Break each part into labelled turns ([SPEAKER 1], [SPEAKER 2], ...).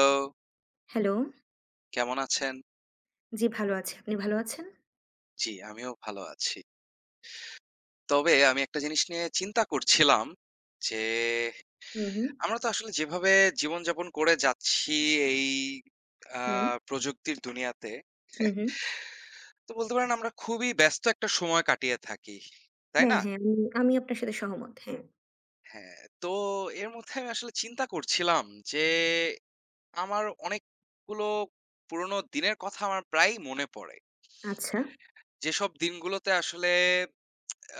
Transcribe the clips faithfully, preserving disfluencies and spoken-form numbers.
[SPEAKER 1] Hello,
[SPEAKER 2] hello.
[SPEAKER 1] কেমন আছেন?
[SPEAKER 2] জি, ভালো আছি। আপনি ভালো আছেন?
[SPEAKER 1] জি, আমিও ভালো আছি। তবে আমি একটা জিনিস নিয়ে চিন্তা করছিলাম যে,
[SPEAKER 2] হু, হু,
[SPEAKER 1] আমরা তো আসলে যেভাবে জীবনযাপন করে যাচ্ছি এই আ
[SPEAKER 2] হুম,
[SPEAKER 1] প্রযুক্তির দুনিয়াতে,
[SPEAKER 2] হু, হু।
[SPEAKER 1] তো বলতে পারেন আমরা খুবই ব্যস্ত একটা সময় কাটিয়ে থাকি। তাই
[SPEAKER 2] হ্যাঁ,
[SPEAKER 1] না?
[SPEAKER 2] হ্যাঁ, আমি আমি আপনার সাথে সহমত। হ্যাঁ।
[SPEAKER 1] হ্যাঁ, তো এর মধ্যে আমি আসলে চিন্তা করছিলাম যে, আমার অনেকগুলো পুরনো দিনের কথা আমার প্রায়ই মনে পড়ে।
[SPEAKER 2] আচ্ছা।
[SPEAKER 1] যেসব দিনগুলোতে আসলে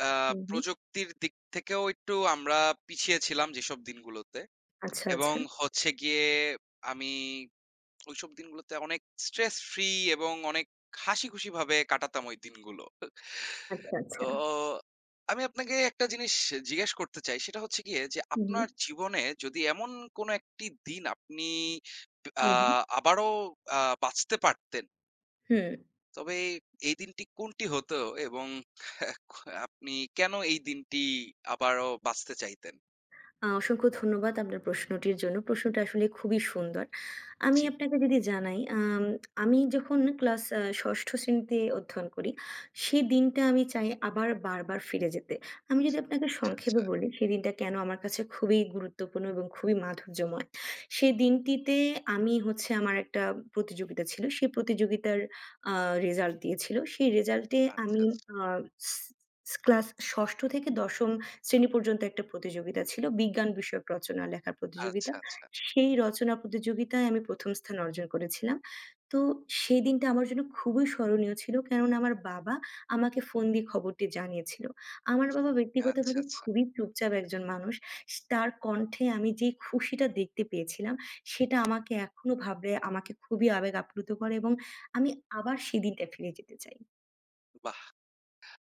[SPEAKER 1] আ
[SPEAKER 2] হু, হু।
[SPEAKER 1] প্রযুক্তির দিক থেকেও একটু আমরা পিছিয়ে ছিলাম, যেসব দিনগুলোতে
[SPEAKER 2] আচ্ছা,
[SPEAKER 1] এবং
[SPEAKER 2] আচ্ছা।
[SPEAKER 1] হচ্ছে গিয়ে আমি ওইসব দিনগুলোতে অনেক স্ট্রেস ফ্রি এবং অনেক হাসিখুশি ভাবে কাটাতাম ওই দিনগুলো।
[SPEAKER 2] আচ্ছা,
[SPEAKER 1] তো
[SPEAKER 2] আচ্ছা।
[SPEAKER 1] আমি আপনাকে একটা জিনিস জিজ্ঞেস করতে চাই। সেটা হচ্ছে গিয়ে যে,
[SPEAKER 2] হু, হু,
[SPEAKER 1] আপনার জীবনে যদি এমন কোনো একটি দিন আপনি আ
[SPEAKER 2] হু, হু।
[SPEAKER 1] আবারও আ বাঁচতে পারতেন,
[SPEAKER 2] হুম।
[SPEAKER 1] তবে এই দিনটি কোনটি হতো এবং আপনি কেন এই দিনটি আবারও বাঁচতে চাইতেন?
[SPEAKER 2] আ অসংখ্য ধন্যবাদ আপনার প্রশ্নটির জন্য। প্রশ্নটা আসলে খুবই সুন্দর। আমি
[SPEAKER 1] জি।
[SPEAKER 2] আপনাকে যদি জানাই, আম আমি যখন ক্লাস আ ষষ্ঠ শ্রেণীতে অধ্যয়ন করি, সেদিনটা আমি চাই আবার বারবার ফিরে যেতে। আমি যদি আপনাকে
[SPEAKER 1] আচ্ছা,
[SPEAKER 2] সংক্ষেপে
[SPEAKER 1] আচ্ছা।
[SPEAKER 2] বলি, সেদিনটা কেন আমার কাছে খুবই গুরুত্বপূর্ণ এবং খুবই মাধুর্যময়। সেই
[SPEAKER 1] হুম,
[SPEAKER 2] দিনটিতে আমি হচ্ছে আমার একটা প্রতিযোগিতা ছিল। সেই প্রতিযোগিতার আ রেজাল্ট দিয়েছিল। সেই রেজাল্টে
[SPEAKER 1] আচ্ছা,
[SPEAKER 2] আমি
[SPEAKER 1] আচ্ছা।
[SPEAKER 2] আ স ক্লাস ষষ্ঠ থেকে দশম শ্রেণী পর্যন্ত একটা প্রতিযোগিতা ছিল। বিজ্ঞান বিষয়ক রচনা লেখার প্রতিযোগিতা।
[SPEAKER 1] আচ্ছা, আচ্ছা।
[SPEAKER 2] সেই রচনা প্রতিযোগিতায় আমি প্রথম স্থান অর্জন করেছিলাম। তো সেই দিনটা আমার জন্য খুবই স্মরণীয় ছিল। কেননা আমার বাবা আমাকে ফোন দিয়ে খবরটি জানিয়েছিল। আমার বাবা
[SPEAKER 1] আচ্ছা,
[SPEAKER 2] ব্যক্তিগতভাবে
[SPEAKER 1] আচ্ছা।
[SPEAKER 2] খুবই চুপচাপ একজন মানুষ। স তার কণ্ঠে আমি যে খুশিটা দেখতে পেয়েছিলাম, সেটা আমাকে এখনো ভাবলে আমাকে খুবই আবেগ আপ্লুত করে এবং আমি আবার সেদিনটা ফিরে যেতে চাই।
[SPEAKER 1] বাহ!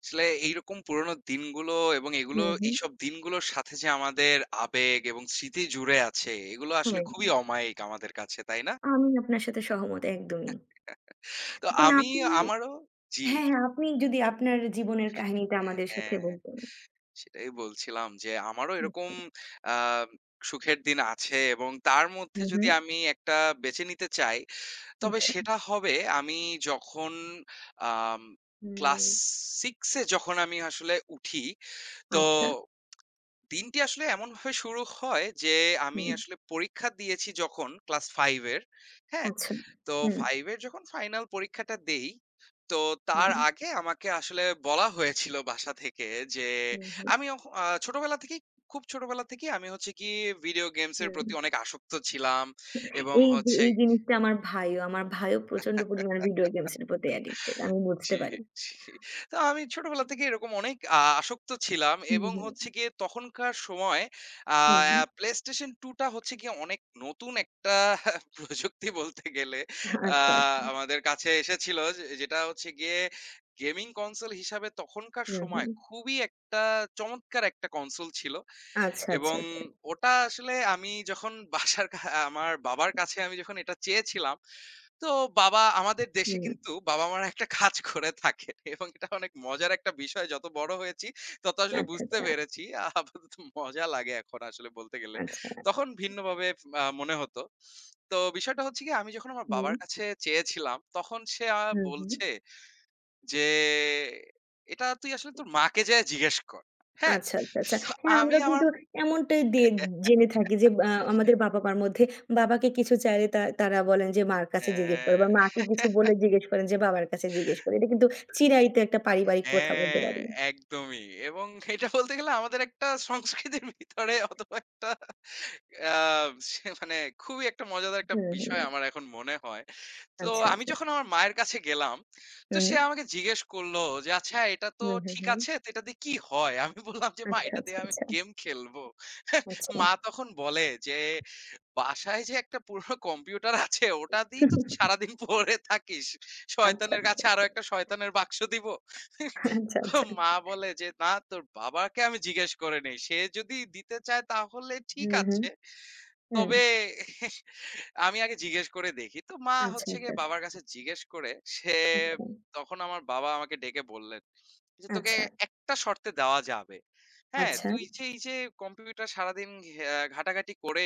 [SPEAKER 1] আসলে এইরকম পুরোনো দিনগুলো এবং এগুলো
[SPEAKER 2] হুম, হুম।
[SPEAKER 1] এইসব দিনগুলোর সাথে যে আমাদের আবেগ এবং স্মৃতি জুড়ে আছে, এগুলো আসলে
[SPEAKER 2] হ্যাঁ,
[SPEAKER 1] খুবই অমায়িক আমাদের কাছে, তাই না?
[SPEAKER 2] আমি আপনার সাথে সহমত একদমই।
[SPEAKER 1] তো
[SPEAKER 2] এখন
[SPEAKER 1] আমি
[SPEAKER 2] আপনি
[SPEAKER 1] আমারও, জি,
[SPEAKER 2] হ্যাঁ, হ্যাঁ, আপনি যদি আপনার জীবনের কাহিনীটা
[SPEAKER 1] হ্যাঁ,
[SPEAKER 2] আমাদের সাথে
[SPEAKER 1] হ্যাঁ।
[SPEAKER 2] বলতেন।
[SPEAKER 1] সেটাই বলছিলাম যে আমারও এরকম
[SPEAKER 2] আচ্ছা।
[SPEAKER 1] আ সুখের দিন আছে, এবং তার
[SPEAKER 2] হু,
[SPEAKER 1] মধ্যে
[SPEAKER 2] হু।
[SPEAKER 1] যদি আমি একটা বেছে নিতে চাই, তবে
[SPEAKER 2] আচ্ছা।
[SPEAKER 1] সেটা হবে আমি যখন আম
[SPEAKER 2] হুম,
[SPEAKER 1] ক্লাস ছয় এ যখন আমি আসলে উঠি, তো
[SPEAKER 2] আচ্ছা।
[SPEAKER 1] দিনটি আসলে এমনভাবে শুরু হয় যে, আমি
[SPEAKER 2] হুম,
[SPEAKER 1] আসলে পরীক্ষা দিয়েছি যখন ক্লাস পাঁচ এর, হ্যাঁ?
[SPEAKER 2] আচ্ছা।
[SPEAKER 1] তো
[SPEAKER 2] হুম,
[SPEAKER 1] পাঁচ এর যখন ফাইনাল পরীক্ষাটা দেই, তো তার
[SPEAKER 2] হুম,
[SPEAKER 1] আগে আমাকে আসলে বলা হয়েছিল বাসা থেকে যে,
[SPEAKER 2] হুম, হুম,
[SPEAKER 1] আমি অখ আ ছোটবেলা থেকেই, খুব ছোটবেলা থেকেই আমি হচ্ছে গিয়ে ভিডিও গেমস এর
[SPEAKER 2] হুম।
[SPEAKER 1] প্রতি অনেক আসক্ত ছিলাম, এবং
[SPEAKER 2] এই যে
[SPEAKER 1] হচ্ছে
[SPEAKER 2] এই জিনিসটা আমার ভাইও, আমার ভাইও প্রচন্ড পরিমাণে ভিডিও গেমস এর প্রতি অ্যাডিক্টেড। আমি
[SPEAKER 1] জি,
[SPEAKER 2] বুঝতে পারি।
[SPEAKER 1] জি। তো আমি ছোটবেলা থেকে এরকম অনেক আ আসক্ত ছিলাম,
[SPEAKER 2] হুম,
[SPEAKER 1] এবং হচ্ছে
[SPEAKER 2] হুম,
[SPEAKER 1] গিয়ে তখনকার সময় আ
[SPEAKER 2] হুম, হুম।
[SPEAKER 1] PlayStation টু টা হচ্ছে গিয়ে অনেক নতুন একটা প্রযুক্তি বলতে গেলে আ
[SPEAKER 2] আচ্ছা, আচ্ছা।
[SPEAKER 1] আমাদের কাছে এসেছিল। যে যেটা হচ্ছে গিয়ে গেমিং কনসোল হিসাবে তখনকার
[SPEAKER 2] হুম,
[SPEAKER 1] সময়
[SPEAKER 2] হুম।
[SPEAKER 1] খুবই একটা চমৎকার একটা কনসোল ছিল।
[SPEAKER 2] আচ্ছা, আচ্ছা,
[SPEAKER 1] এবং
[SPEAKER 2] আচ্ছা।
[SPEAKER 1] ওটা আসলে আমি যখন বাসার কা আমার বাবার কাছে আমি যখন এটা চেয়েছিলাম, তো বাবা আমাদের দেশে
[SPEAKER 2] হুম।
[SPEAKER 1] কিন্তু বাবা-মারা একটা কাজ করে থাকেন এবং এটা অনেক মজার একটা বিষয়। যত বড় হয়েছি তত আসলে
[SPEAKER 2] আচ্ছা,
[SPEAKER 1] বুঝতে
[SPEAKER 2] আচ্ছা,
[SPEAKER 1] পেরেছি। আহ, আপাতত মজা লাগে এখন আসলে বলতে গেলে।
[SPEAKER 2] আচ্ছা।
[SPEAKER 1] তখন ভিন্নভাবে আ মনে হতো। তো বিষয়টা হচ্ছে গিয়ে আমি যখন আমার
[SPEAKER 2] হুম,
[SPEAKER 1] বাবার কাছে চেয়েছিলাম, তখন সে আ
[SPEAKER 2] হুম, হুম।
[SPEAKER 1] বলছে যে, "এটা তুই আসলে তোর মাকে যেয়ে জিজ্ঞেস কর।" হ্যাঁ?
[SPEAKER 2] আচ্ছা, আচ্ছা, আচ্ছা।
[SPEAKER 1] তো
[SPEAKER 2] হ্যাঁ,
[SPEAKER 1] আমি
[SPEAKER 2] আমরা
[SPEAKER 1] আমার
[SPEAKER 2] কিন্তু এমনটাই দে
[SPEAKER 1] হ্যাঁ।
[SPEAKER 2] জেনে থাকি যে আ আমাদের বাবা-মার মধ্যে বাবাকে কিছু চাইলে তা তারা বলেন যে মার কাছে জিজ্ঞেস করে
[SPEAKER 1] হ্যাঁ,
[SPEAKER 2] বা মাকে কিছু
[SPEAKER 1] হ্যাঁ,
[SPEAKER 2] বলে জিজ্ঞেস করেন যে বাবার কাছে জিজ্ঞেস করে। এটা কিন্তু চিরায়ত একটা পারিবারিক প্রথা বলতে
[SPEAKER 1] হ্যাঁ,
[SPEAKER 2] পারেন।
[SPEAKER 1] একদমই। এবং এটা বলতে গেলে আমাদের একটা সংস্কৃতির ভিতরে, অথবা একটা আ সে মানে খুবই একটা মজাদার একটা
[SPEAKER 2] হুম,
[SPEAKER 1] বিষয়
[SPEAKER 2] হুম।
[SPEAKER 1] আমার এখন মনে হয়। তো
[SPEAKER 2] আচ্ছা,
[SPEAKER 1] আমি
[SPEAKER 2] আচ্ছা।
[SPEAKER 1] যখন আমার মায়ের কাছে গেলাম, তো
[SPEAKER 2] হুম,
[SPEAKER 1] সে আমাকে জিজ্ঞেস করল যে, "আচ্ছা, এটা তো
[SPEAKER 2] হুম, হুম,
[SPEAKER 1] ঠিক
[SPEAKER 2] হুম।
[SPEAKER 1] আছে, তো এটা দিয়ে কি হয়?" আমি বললাম যে, "মা,
[SPEAKER 2] আচ্ছা,
[SPEAKER 1] এটা
[SPEAKER 2] আচ্ছা,
[SPEAKER 1] দিয়ে আমি
[SPEAKER 2] আচ্ছা,
[SPEAKER 1] গেম খেলবো।"
[SPEAKER 2] আচ্ছা।
[SPEAKER 1] মা তখন বলে যে, "বাসায় যে একটা পুরনো কম্পিউটার আছে ওটা দিয়েই তো তুই সারাদিন পড়ে থাকিস।
[SPEAKER 2] আচ্ছা,
[SPEAKER 1] শয়তানের
[SPEAKER 2] আচ্ছা,
[SPEAKER 1] কাছে আরো
[SPEAKER 2] আচ্ছা,
[SPEAKER 1] একটা শয়তানের বাক্স দিব?"
[SPEAKER 2] আচ্ছা,
[SPEAKER 1] তো
[SPEAKER 2] আচ্ছা,
[SPEAKER 1] মা
[SPEAKER 2] আচ্ছা।
[SPEAKER 1] বলে যে, "না, তোর বাবাকে আমি জিজ্ঞেস করে নেই। সে যদি দিতে চায় তাহলে ঠিক
[SPEAKER 2] হুম, হুম,
[SPEAKER 1] আছে।
[SPEAKER 2] হুম।
[SPEAKER 1] তবে আমি আগে জিজ্ঞেস করে দেখি।" তো মা
[SPEAKER 2] আচ্ছা,
[SPEAKER 1] হচ্ছে
[SPEAKER 2] আচ্ছা,
[SPEAKER 1] গিয়ে
[SPEAKER 2] আচ্ছা,
[SPEAKER 1] বাবার কাছে জিজ্ঞেস করে, সে
[SPEAKER 2] আচ্ছা,
[SPEAKER 1] তখন আমার বাবা আমাকে ডেকে বললেন যে, "তোকে
[SPEAKER 2] আচ্ছা,
[SPEAKER 1] একটা শর্তে দেওয়া যাবে। হ্যাঁ,
[SPEAKER 2] আচ্ছা।
[SPEAKER 1] তুই যে এই যে কম্পিউটার সারাদিন ঘে ঘাটাঘাটি করে,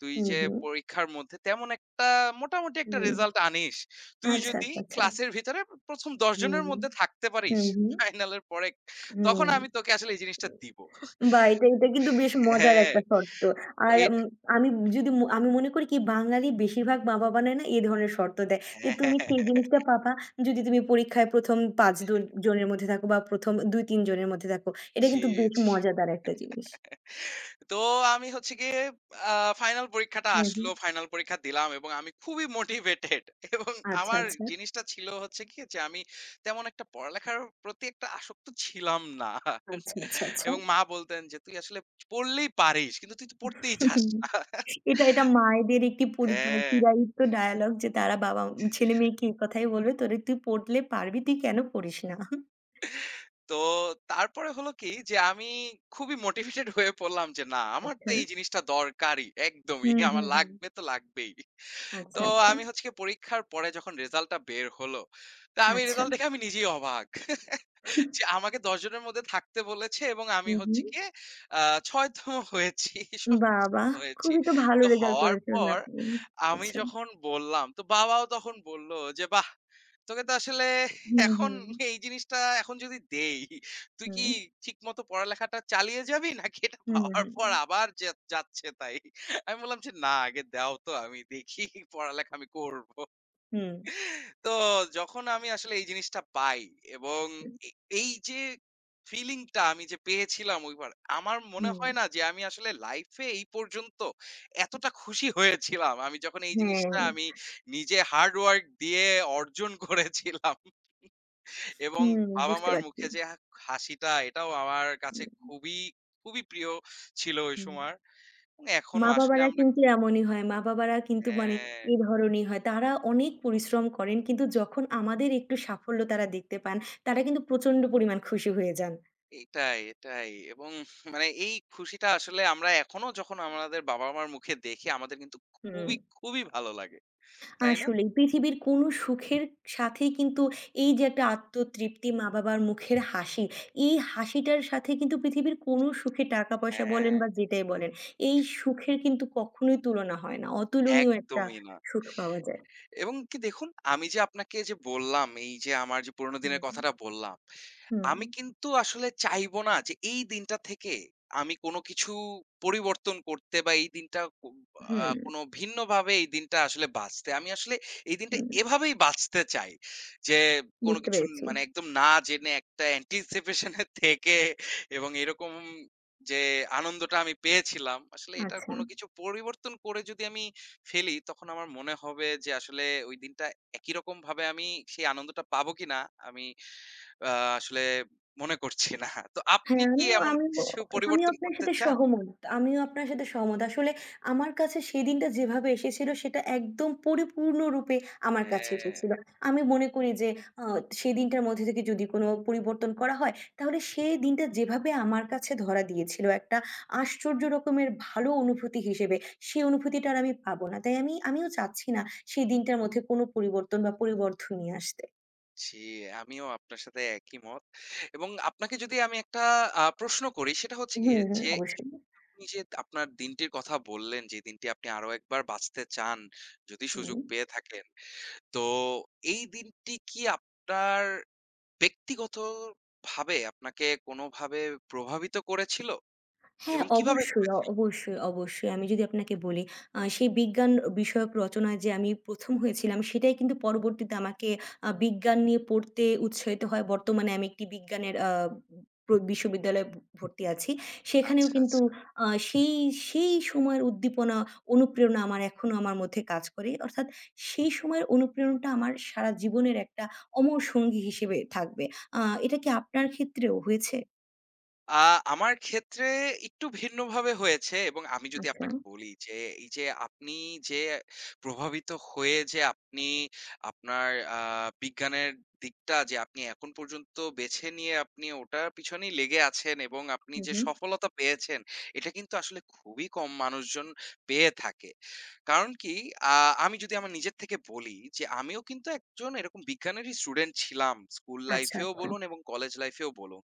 [SPEAKER 1] তুই
[SPEAKER 2] হুম,
[SPEAKER 1] যে
[SPEAKER 2] হুম,
[SPEAKER 1] পরীক্ষার মধ্যে তেমন একটা, মোটামুটি একটা
[SPEAKER 2] হুম।
[SPEAKER 1] রেজাল্ট আনিস। তুই
[SPEAKER 2] আচ্ছা,
[SPEAKER 1] যদি
[SPEAKER 2] আচ্ছা, আচ্ছা।
[SPEAKER 1] ক্লাসের ভিতরে প্রথম দশ জনের
[SPEAKER 2] হুম,
[SPEAKER 1] মধ্যে থাকতে পারিস
[SPEAKER 2] হুম, হুম।
[SPEAKER 1] ফাইনালের পরে,
[SPEAKER 2] হুম।
[SPEAKER 1] তখন আমি তোকে আসলে এই জিনিসটা দিব।"
[SPEAKER 2] বাহ! এটা এটা কিন্তু বেশ মজার
[SPEAKER 1] হ্যাঁ,
[SPEAKER 2] একটা শর্ত।
[SPEAKER 1] তো
[SPEAKER 2] আর
[SPEAKER 1] এটা
[SPEAKER 2] উম আমি যদি ম আমি মনে করি কি বাঙালি বেশিরভাগ মা-বাবা না, না, এ ধরনের শর্ত দেয়। যে
[SPEAKER 1] হ্যাঁ, হ্যাঁ,
[SPEAKER 2] তুমি
[SPEAKER 1] হ্যাঁ,
[SPEAKER 2] সেই
[SPEAKER 1] হ্যাঁ।
[SPEAKER 2] জিনিসটা পাবা যদি তুমি পরীক্ষায় ১ম পাঁচ জন জনের মধ্যে থাকো বা প্রথম দুই তিন জনের মধ্যে থাকো। এটা
[SPEAKER 1] জি,
[SPEAKER 2] কিন্তু বেশ
[SPEAKER 1] জি।
[SPEAKER 2] মজাদার একটা জিনিস।
[SPEAKER 1] তো আমি হচ্ছে গিয়ে আ ফাইনাল পরীক্ষাটা
[SPEAKER 2] হুম,
[SPEAKER 1] আসলো।
[SPEAKER 2] হুম।
[SPEAKER 1] ফাইনাল পরীক্ষা দিলাম, এবং আমি খুবই মোটিভেটেড এবং
[SPEAKER 2] আচ্ছা,
[SPEAKER 1] আমার
[SPEAKER 2] আচ্ছা।
[SPEAKER 1] জিনিসটা ছিল হচ্ছে কি, যে আমি তেমন একটা পড়ালেখার প্রতি একটা আসক্ত ছিলাম না।
[SPEAKER 2] আচ্ছা, আচ্ছা, আচ্ছা।
[SPEAKER 1] এবং মা বলতেন যে, "তুই আসলে পড়লেই পারিস। কিন্তু তুই তো পড়তেই চাস
[SPEAKER 2] হুম।
[SPEAKER 1] না।"
[SPEAKER 2] এটা এটা মায়েদের একটি পরি মানে
[SPEAKER 1] হ্যাঁ,
[SPEAKER 2] চিরায়ত ডায়ালগ যে তারা বাবা ছেলে-মেয়েকে এই কথাই বলবে, "তোরে তুই পড়লে পারবি, তুই কেন পড়িস না?"
[SPEAKER 1] তো তারপরে হলো কি, যে আমি খুবই মোটিভেটেড হয়ে পড়লাম যে, "না, আমার তো
[SPEAKER 2] আচ্ছা।
[SPEAKER 1] এই জিনিসটা দরকারই, একদমই।
[SPEAKER 2] হুম,
[SPEAKER 1] আমার
[SPEAKER 2] হুম, হুম।
[SPEAKER 1] লাগবে তো লাগবেই।" তো
[SPEAKER 2] আচ্ছা, আচ্ছা,
[SPEAKER 1] আমি হচ্ছে গিয়ে পরীক্ষার পরে যখন রেজাল্টটা বের হলো, তো আমি
[SPEAKER 2] আচ্ছা।
[SPEAKER 1] রেজাল্ট দেখে আমি নিজেই অবাক। যে আমাকে দশ জনের মধ্যে থাকতে বলেছে, এবং আমি
[SPEAKER 2] হুম, হুম।
[SPEAKER 1] হচ্ছে গিয়ে আ ষষ্ঠ তম হয়েছি,
[SPEAKER 2] বাহ!
[SPEAKER 1] সপ্তম
[SPEAKER 2] বাহ!
[SPEAKER 1] হয়েছি।
[SPEAKER 2] খুবই তো ভালো
[SPEAKER 1] তো
[SPEAKER 2] রেজাল্ট
[SPEAKER 1] হওয়ার
[SPEAKER 2] করেছিলেন
[SPEAKER 1] পর
[SPEAKER 2] আপনি।
[SPEAKER 1] আমি
[SPEAKER 2] আচ্ছা।
[SPEAKER 1] যখন বললাম, তো বাবাও তখন বলল যে, "বাহ! তোকে তো আসলে
[SPEAKER 2] হুম,
[SPEAKER 1] এখন
[SPEAKER 2] হুম।
[SPEAKER 1] এই জিনিসটা এখন যদি দেই, তুই কি
[SPEAKER 2] হুম,
[SPEAKER 1] ঠিকমতো পড়ালেখাটা চালিয়ে যাবি নাকি এটা
[SPEAKER 2] হুম,
[SPEAKER 1] পাওয়ার
[SPEAKER 2] হুম,
[SPEAKER 1] পর
[SPEAKER 2] হুম,
[SPEAKER 1] আবার যা যাচ্ছে তাই?" আমি বললাম যে, "না, আগে দাও, তো আমি দেখি, পড়ালেখা আমি করব।"
[SPEAKER 2] হুম,
[SPEAKER 1] তো যখন আমি আসলে এই জিনিসটা পাই, এবং এ এই যে ফিলিংটা আমি যে পেয়েছিলাম ওইবার, আমার মনে
[SPEAKER 2] হুম,
[SPEAKER 1] হয় না যে আমি আসলে লাইফে এই পর্যন্ত এতটা খুশি হয়েছিলাম। আমি যখন এই
[SPEAKER 2] হ্যাঁ,
[SPEAKER 1] জিনিসটা আমি নিজে হার্ড ওয়ার্ক দিয়ে অর্জন করেছিলাম। এবং
[SPEAKER 2] হুম, বুঝতে
[SPEAKER 1] বাবা-মার
[SPEAKER 2] পারছি।
[SPEAKER 1] মুখে যে হা হাসিটা, এটাও আমার কাছে
[SPEAKER 2] হুম,
[SPEAKER 1] খুবই, খুবই প্রিয় ছিল ওই
[SPEAKER 2] হুম।
[SPEAKER 1] সময়। এবং এখনো আসলে
[SPEAKER 2] মা-বাবারা
[SPEAKER 1] আমরা,
[SPEAKER 2] কিন্তু এমনই হয়। মা-বাবারা কিন্তু মানে
[SPEAKER 1] হ্যাঁ।
[SPEAKER 2] এ ধরনই হয়। তারা অনেক পরিশ্রম করেন, কিন্তু যখন আমাদের একটু সাফল্য তারা দেখতে পান, তারা কিন্তু প্রচন্ড পরিমাণ খুশি হয়ে যান।
[SPEAKER 1] এটাই, এটাই, এবং মানে এই খুশিটা আসলে আমরা এখনো যখন আমাদের বাবা-মার মুখে দেখি, আমাদের কিন্তু
[SPEAKER 2] হুম।
[SPEAKER 1] খুবই, খুবই ভালো লাগে। তাই না?
[SPEAKER 2] আসলেই পৃথিবীর কোনো সুখের সাথেই কিন্তু এই যে একটা আত্মতৃপ্তি মা-বাবার মুখের হাসি, এই হাসিটার সাথে কিন্তু পৃথিবীর কোনো সুখে টাকা-পয়সা বলেন
[SPEAKER 1] হ্যাঁ,
[SPEAKER 2] বা যেটাই বলেন, এই সুখের কিন্তু কখনোই তুলনা হয় না। অতুলনীয় একটা
[SPEAKER 1] একদমই না।
[SPEAKER 2] সুখ পাওয়া যায়।
[SPEAKER 1] এবং কি দেখুন, আমি যে আপনাকে যে বললাম, এই যে আমার যে পুরোনো দিনের
[SPEAKER 2] হুম,
[SPEAKER 1] কথাটা বললাম,
[SPEAKER 2] হুম,
[SPEAKER 1] আমি কিন্তু আসলে চাইবো না যে এই দিনটা থেকে আমি কোনো কিছু পরিবর্তন করতে, বা এই দিনটা কো আ
[SPEAKER 2] হুম,
[SPEAKER 1] কোনো ভিন্নভাবে এই দিনটা আসলে বাঁচতে। আমি আসলে এই দিনটা
[SPEAKER 2] হুম।
[SPEAKER 1] এভাবেই বাঁচতে চাই। যে কোনো
[SPEAKER 2] বুঝতে
[SPEAKER 1] কিছু ন-
[SPEAKER 2] পেরেছি।
[SPEAKER 1] মানে একদম না জেনে একটা anticipation এ থেকে, এবং এরকম যে আনন্দটা আমি পেয়েছিলাম, আসলে এটার
[SPEAKER 2] আচ্ছা।
[SPEAKER 1] কোনো কিছু পরিবর্তন করে যদি আমি ফেলি, তখন আমার মনে হবে যে আসলে ওই দিনটা একই রকম ভাবে আমি সেই আনন্দটা পাবো কিনা, আমি আহ, আসলে মনে করছি না। তো আপনি
[SPEAKER 2] হ্যাঁ,
[SPEAKER 1] কি
[SPEAKER 2] আমিও
[SPEAKER 1] এমন
[SPEAKER 2] আমিও
[SPEAKER 1] কিছু
[SPEAKER 2] আমিও
[SPEAKER 1] পরিবর্তন
[SPEAKER 2] আপনার
[SPEAKER 1] করতে
[SPEAKER 2] সাথে
[SPEAKER 1] চান?
[SPEAKER 2] সহমত। আমিও আপনার সাথে সহমত। আসলে আমার কাছে সেদিনটা যেভাবে এসেছিল সেটা একদম পরিপূর্ণরূপে আমার কাছে
[SPEAKER 1] হ্যাঁ।
[SPEAKER 2] এসেছিল। আমি মনে করি যে আ সেদিনটার মধ্যে থেকে যদি কোনো পরিবর্তন করা হয় তাহলে সেই দিনটা যেভাবে আমার কাছে ধরা দিয়েছিল একটা আশ্চর্য রকমের ভালো অনুভূতি হিসেবে, সেই অনুভূতিটা আর আমি পাবো না। তাই আমি আমিও চাচ্ছি না সেই দিনটার মধ্যে কোনো পরিবর্তন বা পরিবর্ধন নিয়ে আসতে।
[SPEAKER 1] জি, আমিও আপনার সাথে একই মত, এবং আপনাকে যদি আমি একটা আহ, প্রশ্ন করি, সেটা হচ্ছে
[SPEAKER 2] হুম,
[SPEAKER 1] গিয়ে
[SPEAKER 2] হুম,
[SPEAKER 1] যে, এই
[SPEAKER 2] অবশ্যই।
[SPEAKER 1] আপনি যে আপনার দিনটির কথা বললেন, যে দিনটি আপনি আরো একবার বাঁচতে চান যদি
[SPEAKER 2] হুম।
[SPEAKER 1] সুযোগ পেয়ে থাকেন, তো এই দিনটি কি আপনার ব্যক্তিগতভাবে আপনাকে কোনোভাবে প্রভাবিত করেছিল,
[SPEAKER 2] হ্যাঁ,
[SPEAKER 1] এবং কিভাবে
[SPEAKER 2] অবশ্যই, অ
[SPEAKER 1] করেছিল?
[SPEAKER 2] অবশ্যই, অবশ্যই। আমি যদি আপনাকে বলি, আ সেই বিজ্ঞান বিষয়ক রচনায় যে আমি প্রথম হয়েছিলাম, সেটাই কিন্তু পরবর্তীতে আমাকে আ বিজ্ঞান নিয়ে পড়তে উৎসাহিত হয়। বর্তমানে আমি একটি বিজ্ঞানের আ প্র বিশ্ববিদ্যালয়ে ভ ভর্তি আছি। সেখানেও
[SPEAKER 1] আচ্ছা,
[SPEAKER 2] কিন্তু
[SPEAKER 1] আচ্ছা।
[SPEAKER 2] আ সেই, সেই সময়ের উদ্দীপনা, অনুপ্রেরণা আমার এখনো আমার মধ্যে কাজ করে। অর্থাৎ সেই সময়ের অনুপ্রেরণাটা আমার সারা জীবনের একটা অমর সঙ্গী হিসেবে থাকবে। আ এটা কি আপনার ক্ষেত্রেও হয়েছে?
[SPEAKER 1] আ আমার ক্ষেত্রে একটু ভিন্নভাবে হয়েছে, এবং আমি যদি
[SPEAKER 2] আচ্ছা।
[SPEAKER 1] আপনাকে বলি যে, এই যে আপনি যে প্রভাবিত হয়ে যে আপনি আপনার আ বিজ্ঞানের দিকটা যে আপনি এখন পর্যন্ত বেছে নিয়ে আপনি ওটার পিছনেই লেগে আছেন, এবং আপনি
[SPEAKER 2] হু,
[SPEAKER 1] যে
[SPEAKER 2] হু।
[SPEAKER 1] সফলতা পেয়েছেন, এটা কিন্তু আসলে খুবই কম মানুষজন পেয়ে থাকে। কারণ কি, আ আমি যদি আমার নিজের থেকে বলি যে, আমিও কিন্তু একজন এরকম বিজ্ঞানেরই স্টুডেন্ট ছিলাম। স্কুল
[SPEAKER 2] আচ্ছা,
[SPEAKER 1] লাইফেও
[SPEAKER 2] আচ্ছা।
[SPEAKER 1] বলুন, এবং কলেজ লাইফেও বলুন।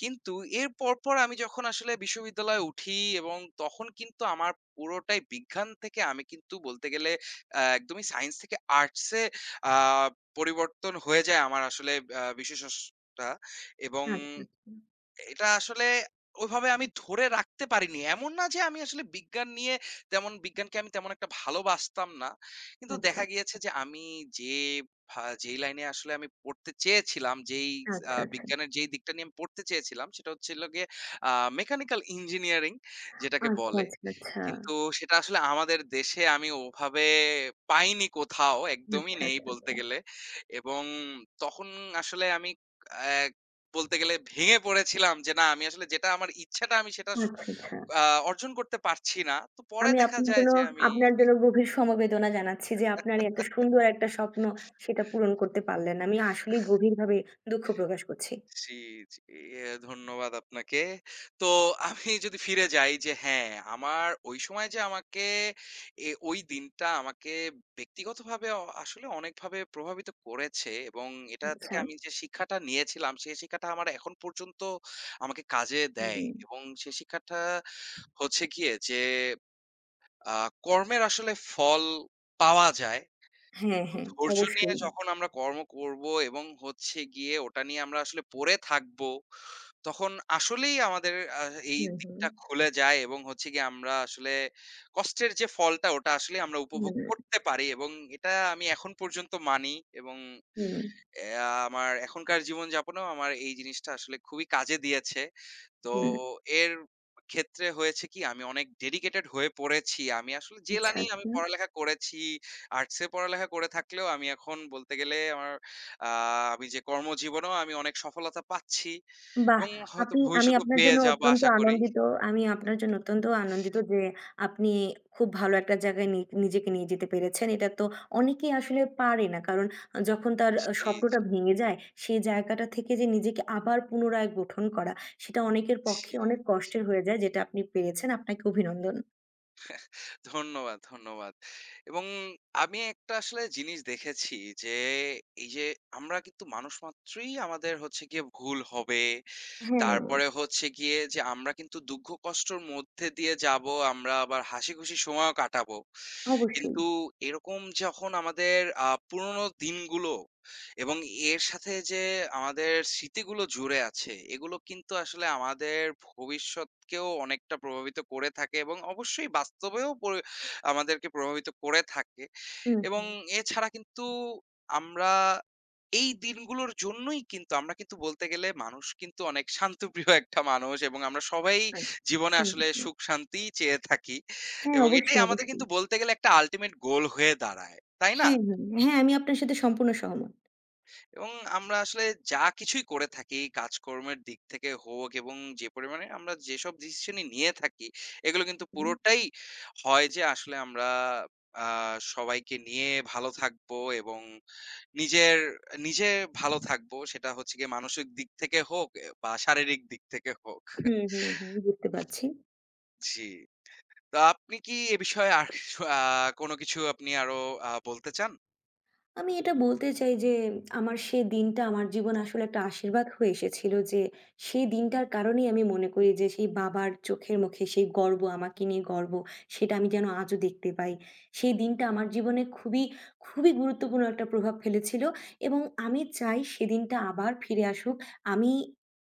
[SPEAKER 1] কিন্তু এর পরপর আমি যখন আসলে বিশ্ববিদ্যালয়ে উঠি, এবং তখন কিন্তু আমার পুরোটাই বিজ্ঞান থেকে আমি কিন্তু বলতে গেলে, আহ, একদমই সায়েন্স থেকে আর্টসে পরিবর্তন হয়ে যায় আমার আসলে আহ, বিশেষটা। এবং
[SPEAKER 2] আচ্ছা,
[SPEAKER 1] এটা আসলে ওইভাবে আমি ধরে রাখতে পারিনি। এমন না যে আমি আসলে বিজ্ঞান নিয়ে, তেমন বিজ্ঞানকে আমি তেমন একটা ভালোবাসতাম না। কিন্তু
[SPEAKER 2] আচ্ছা,
[SPEAKER 1] দেখা গিয়েছে যে, আমি যে ভা যেই লাইনে আসলে আমি পড়তে চেয়েছিলাম, যেই আ
[SPEAKER 2] আচ্ছা, আচ্ছা, আচ্ছা,
[SPEAKER 1] বিজ্ঞানের যেই দিকটা নিয়ে আমি পড়তে চেয়েছিলাম, সেটা হচ্ছে হলো গিয়ে আ মেকানিক্যাল ইঞ্জিনিয়ারিং যেটাকে
[SPEAKER 2] আচ্ছা,
[SPEAKER 1] বলে।
[SPEAKER 2] আচ্ছা,
[SPEAKER 1] কিন্তু সেটা আসলে আমাদের দেশে আমি ওভাবে পাইনি কোথাও, একদমই
[SPEAKER 2] আচ্ছা,
[SPEAKER 1] নেই
[SPEAKER 2] আচ্ছা,
[SPEAKER 1] বলতে
[SPEAKER 2] আচ্ছা,
[SPEAKER 1] গেলে। এবং তখন আসলে আমি অ্যা বলতে গেলে ভেঙে পড়েছিলাম, যে না, আমি আসলে যেটা আমার ইচ্ছাটা আমি সেটা স
[SPEAKER 2] আচ্ছা, আচ্ছা।
[SPEAKER 1] আ অর্জন করতে পারছি না। তো পরে
[SPEAKER 2] আমি
[SPEAKER 1] দেখা
[SPEAKER 2] আপনার
[SPEAKER 1] যায়
[SPEAKER 2] জন্য
[SPEAKER 1] যে আমি
[SPEAKER 2] আপনার জন্য গভীর সমবেদনা জানাচ্ছি যে আপনার এত সুন্দর একটা স্বপ্ন সেটা পূরণ করতে পারলেন না। আমি আসলেই গভীরভাবে দুঃখ প্রকাশ করছি।
[SPEAKER 1] জি, জি, এ, ধন্যবাদ আপনাকে। তো আমি যদি ফিরে যাই যে, হ্যাঁ, আমার ওই সময় যে আমাকে, এ ওই দিনটা আমাকে ব্যক্তিগতভাবে অ আসলে অনেকভাবে প্রভাবিত করেছে, এবং এটা থেকে
[SPEAKER 2] আচ্ছা,
[SPEAKER 1] আমি যে শিক্ষাটা নিয়েছিলাম, সেই শিক্ষাটা আমার এখন পর্যন্ত আমাকে কাজে দেয়,
[SPEAKER 2] হুম,
[SPEAKER 1] এবং সেই শিক্ষাটা হচ্ছে গিয়ে যে, আ কর্মের আসলে ফল পাওয়া যায়।
[SPEAKER 2] হ্যাঁ,
[SPEAKER 1] কিন্তু
[SPEAKER 2] হ্যাঁ,
[SPEAKER 1] ধৈর্য নিয়ে
[SPEAKER 2] অবশ্যই।
[SPEAKER 1] যখন আমরা কর্ম করব এবং হচ্ছে গিয়ে ওটা নিয়ে আমরা আসলে পড়ে থাকবো, তখন আসলেই আমাদের আ এই
[SPEAKER 2] হুম, হুম,
[SPEAKER 1] দিকটা খুলে যায়, এবং হচ্ছে গিয়ে আমরা আসলে কষ্টের যে ফলটা ওটা আসলে আমরা
[SPEAKER 2] হুম,
[SPEAKER 1] উপভোগ করতে পারি, এবং এটা আমি এখন পর্যন্ত মানি, এবং
[SPEAKER 2] হুম,
[SPEAKER 1] অ্যা আমার এখনকার জীবনযাপনেও আমার এই জিনিসটা আসলে খুবই কাজে দিয়েছে। তো
[SPEAKER 2] হুম,
[SPEAKER 1] এর ক্ষেত্রে হয়েছে কি, আমি অনেক ডেডিকেটেড হয়ে পড়েছি। আমি আসলে জেলা
[SPEAKER 2] আচ্ছা,
[SPEAKER 1] নিয়ে আমি
[SPEAKER 2] আচ্ছা।
[SPEAKER 1] পড়ালেখা করেছি। আর্টসে পড়ালেখা করে থাকলেও আমি এখন বলতে গেলে আমার আ আমি যে কর্মজীবনেও আমি অনেক সফলতা পাচ্ছি,
[SPEAKER 2] বাহ!
[SPEAKER 1] এবং হয়তো
[SPEAKER 2] আপনি আমি
[SPEAKER 1] ভবিষ্যতেও
[SPEAKER 2] আপনার
[SPEAKER 1] পেয়ে
[SPEAKER 2] জন্য
[SPEAKER 1] যাবো
[SPEAKER 2] অত্যন্ত
[SPEAKER 1] আশা করি।
[SPEAKER 2] আনন্দিত। আমি আপনার জন্য অত্যন্ত আনন্দিত যে আপনি খুব ভালো একটা জায়গায় নি নিজেকে নিয়ে যেতে পেরেছেন। এটা তো অনেকেই আসলে পারে না। কারণ যখন তার আ
[SPEAKER 1] জি,
[SPEAKER 2] স্বপ্নটা ভেঙে যায়, সেই জায়গাটা থেকে যে নিজেকে আবার পুনরায় গঠন করা, সেটা অনেকের পক্ষে
[SPEAKER 1] জি,
[SPEAKER 2] অনেক
[SPEAKER 1] জি।
[SPEAKER 2] কষ্টের হয়ে যায় যেটা আপনি পেরেছেন। আপনাকে অভিনন্দন।
[SPEAKER 1] ধন্যবাদ, ধন্যবাদ। এবং আমি একটা আসলে জিনিস দেখেছি যে, এই যে আমরা কিন্তু মানুষ মাত্রই আমাদের হচ্ছে গিয়ে ভুল হবে।
[SPEAKER 2] হ্যাঁ,
[SPEAKER 1] তারপরে হচ্ছে গিয়ে যে আমরা কিন্তু দুঃখ কষ্টর মধ্যে দিয়ে যাবো, আমরা আবার হাসি খুশি সময়ও কাটাবো।
[SPEAKER 2] অবশ্যই।
[SPEAKER 1] কিন্তু এরকম যখন আমাদের আ পুরনো দিনগুলো, এবং এর সাথে যে আমাদের স্মৃতিগুলো জুড়ে আছে, এগুলো কিন্তু আসলে আমাদের ভবিষ্যৎকেও অনেকটা প্রভাবিত করে থাকে, এবং অবশ্যই বাস্তবেও পরি আমাদেরকে প্রভাবিত করে থাকে।
[SPEAKER 2] হুম,
[SPEAKER 1] এবং
[SPEAKER 2] হুম।
[SPEAKER 1] এছাড়া কিন্তু আমরা এই দিনগুলোর জন্যই, কিন্তু আমরা কিন্তু বলতে গেলে মানুষ কিন্তু অনেক শান্তপ্রিয় একটা মানুষ, এবং আমরা সবাই
[SPEAKER 2] আচ্ছা।
[SPEAKER 1] জীবনে
[SPEAKER 2] হ্যাঁ,
[SPEAKER 1] আসলে
[SPEAKER 2] হ্যাঁ।
[SPEAKER 1] সুখ শান্তিই চেয়ে থাকি।
[SPEAKER 2] হ্যাঁ,
[SPEAKER 1] এবং এটাই
[SPEAKER 2] অবশ্যই,
[SPEAKER 1] আমাদের
[SPEAKER 2] অবশ্যই।
[SPEAKER 1] কিন্তু বলতে গেলে একটা আল্টিমেট গোল হয়ে দাঁড়ায়। তাই না?
[SPEAKER 2] হ্যাঁ, হ্যাঁ। হ্যাঁ, আমি আপনার সাথে সম্পূর্ণ সহমত।
[SPEAKER 1] এবং আমরা আসলে যা কিছুই করে থাকি কাজকর্মের দিক থেকে হোক, এবং যে পরিমাণে আমরা যেসব ডিসিশনই নিয়ে থাকি, এগুলো কিন্তু
[SPEAKER 2] হুম।
[SPEAKER 1] পুরোটাই হয় যে, আসলে আমরা আ সবাইকে নিয়ে ভালো থাকবো, এবং নিজের নিজে ভালো থাকবো। সেটা হচ্ছে গিয়ে মানসিক দিক থেকে হোক এ বা শারীরিক দিক থেকে হোক।
[SPEAKER 2] হুম, হুম, হুম। বুঝতে পারছি।
[SPEAKER 1] জি। তো আপনি কি এ বিষয়ে আর আ কোনো কিছু আপনি আরো আ বলতে
[SPEAKER 2] আমি এটা বলতে চাই যে আমার সেই দিনটা আমার জীবনে আসলে একটা আশীর্বাদ হয়ে এসেছিল যে সেই দিনটার কারণেই আমি মনে করি যে সেই বাবার চোখের মুখে সেই গর্ব আমাকে নিয়ে গর্ব সেটা আমি যেন আজও দেখতে পাই। সেই দিনটা আমার জীবনে খুবই, খুবই গুরুত্বপূর্ণ একটা প্রভাব ফেলেছিল এবং আমি
[SPEAKER 1] চান?
[SPEAKER 2] চাই সেদিনটা আবার ফিরে আসুক। আমি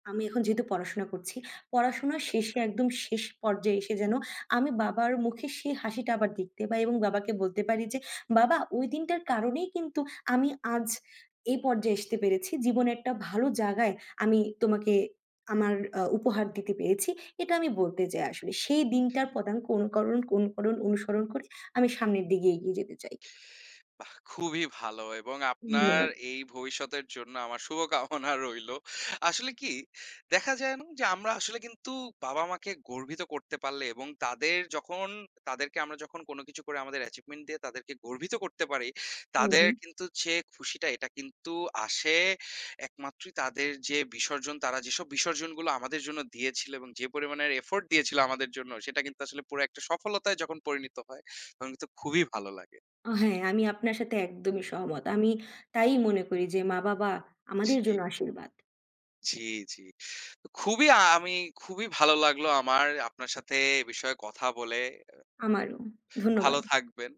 [SPEAKER 2] আমি এখন যেহেতু পড়াশোনা করছি, পড়াশোনার শেষে একদম শেষ পর্যায়ে এসে যেন আমি বাবার মুখে সেই হাসিটা আবার দেখতে পাই এবং বাবাকে বলতে পারি যে বাবা, ওই দিনটার কারণেই কিন্তু আমি আজ এই পর্যায়ে আসতে পেরেছি। জীবনে একটা ভালো জায়গায় আমি তোমাকে আমার আ উপহার দিতে পেরেছি। এটা আমি বলতে চাই আসলে। সেই দিনটার পদাঙ্ক অনুকরণ অনুকরণ অনুসরণ করে আমি সামনের দিকে এগিয়ে যেতে চাই।
[SPEAKER 1] বাহ! খুবই ভালো, এবং আপনার
[SPEAKER 2] ধন্যবাদ।
[SPEAKER 1] এই ভবিষ্যতের জন্য আমার শুভকামনা রইলো। আসলে কি দেখা যায় না যে আমরা আসলে কিন্তু বাবা-মাকে গর্বিত করতে পারলে, এবং তাদের যখন তাদেরকে আমরা যখন কোনো কিছু করে আমাদের অ্যাচিভমেন্ট দিয়ে তাদেরকে গর্বিত করতে পারি,
[SPEAKER 2] হুম,
[SPEAKER 1] তাদের
[SPEAKER 2] হুম।
[SPEAKER 1] কিন্তু যে খুশিটা, এটা কিন্তু আসে একমাত্রই তাদের যে বিসর্জন, তারা যেসব বিসর্জনগুলো আমাদের জন্য দিয়েছিল, এবং যে পরিমাণের এফোর্ট দিয়েছিল আমাদের জন্য, সেটা কিন্তু আসলে পুরো একটা সফলতায় যখন পরিণত হয়, তখন কিন্তু খুবই ভালো লাগে।
[SPEAKER 2] আ হ্যাঁ, আমি আপনার সাথে একদমই সহমত। আমি তাই মনে করি যে মা-বাবা আমাদের
[SPEAKER 1] জি।
[SPEAKER 2] জন্য আশীর্বাদ।
[SPEAKER 1] জি, জি। খুবই আ আমি খুবই ভালো লাগলো আমার আপনার সাথে এ বিষয়ে কথা বলে।
[SPEAKER 2] আমারও।
[SPEAKER 1] ভালো
[SPEAKER 2] ধন্যবাদ।
[SPEAKER 1] থাকবেন।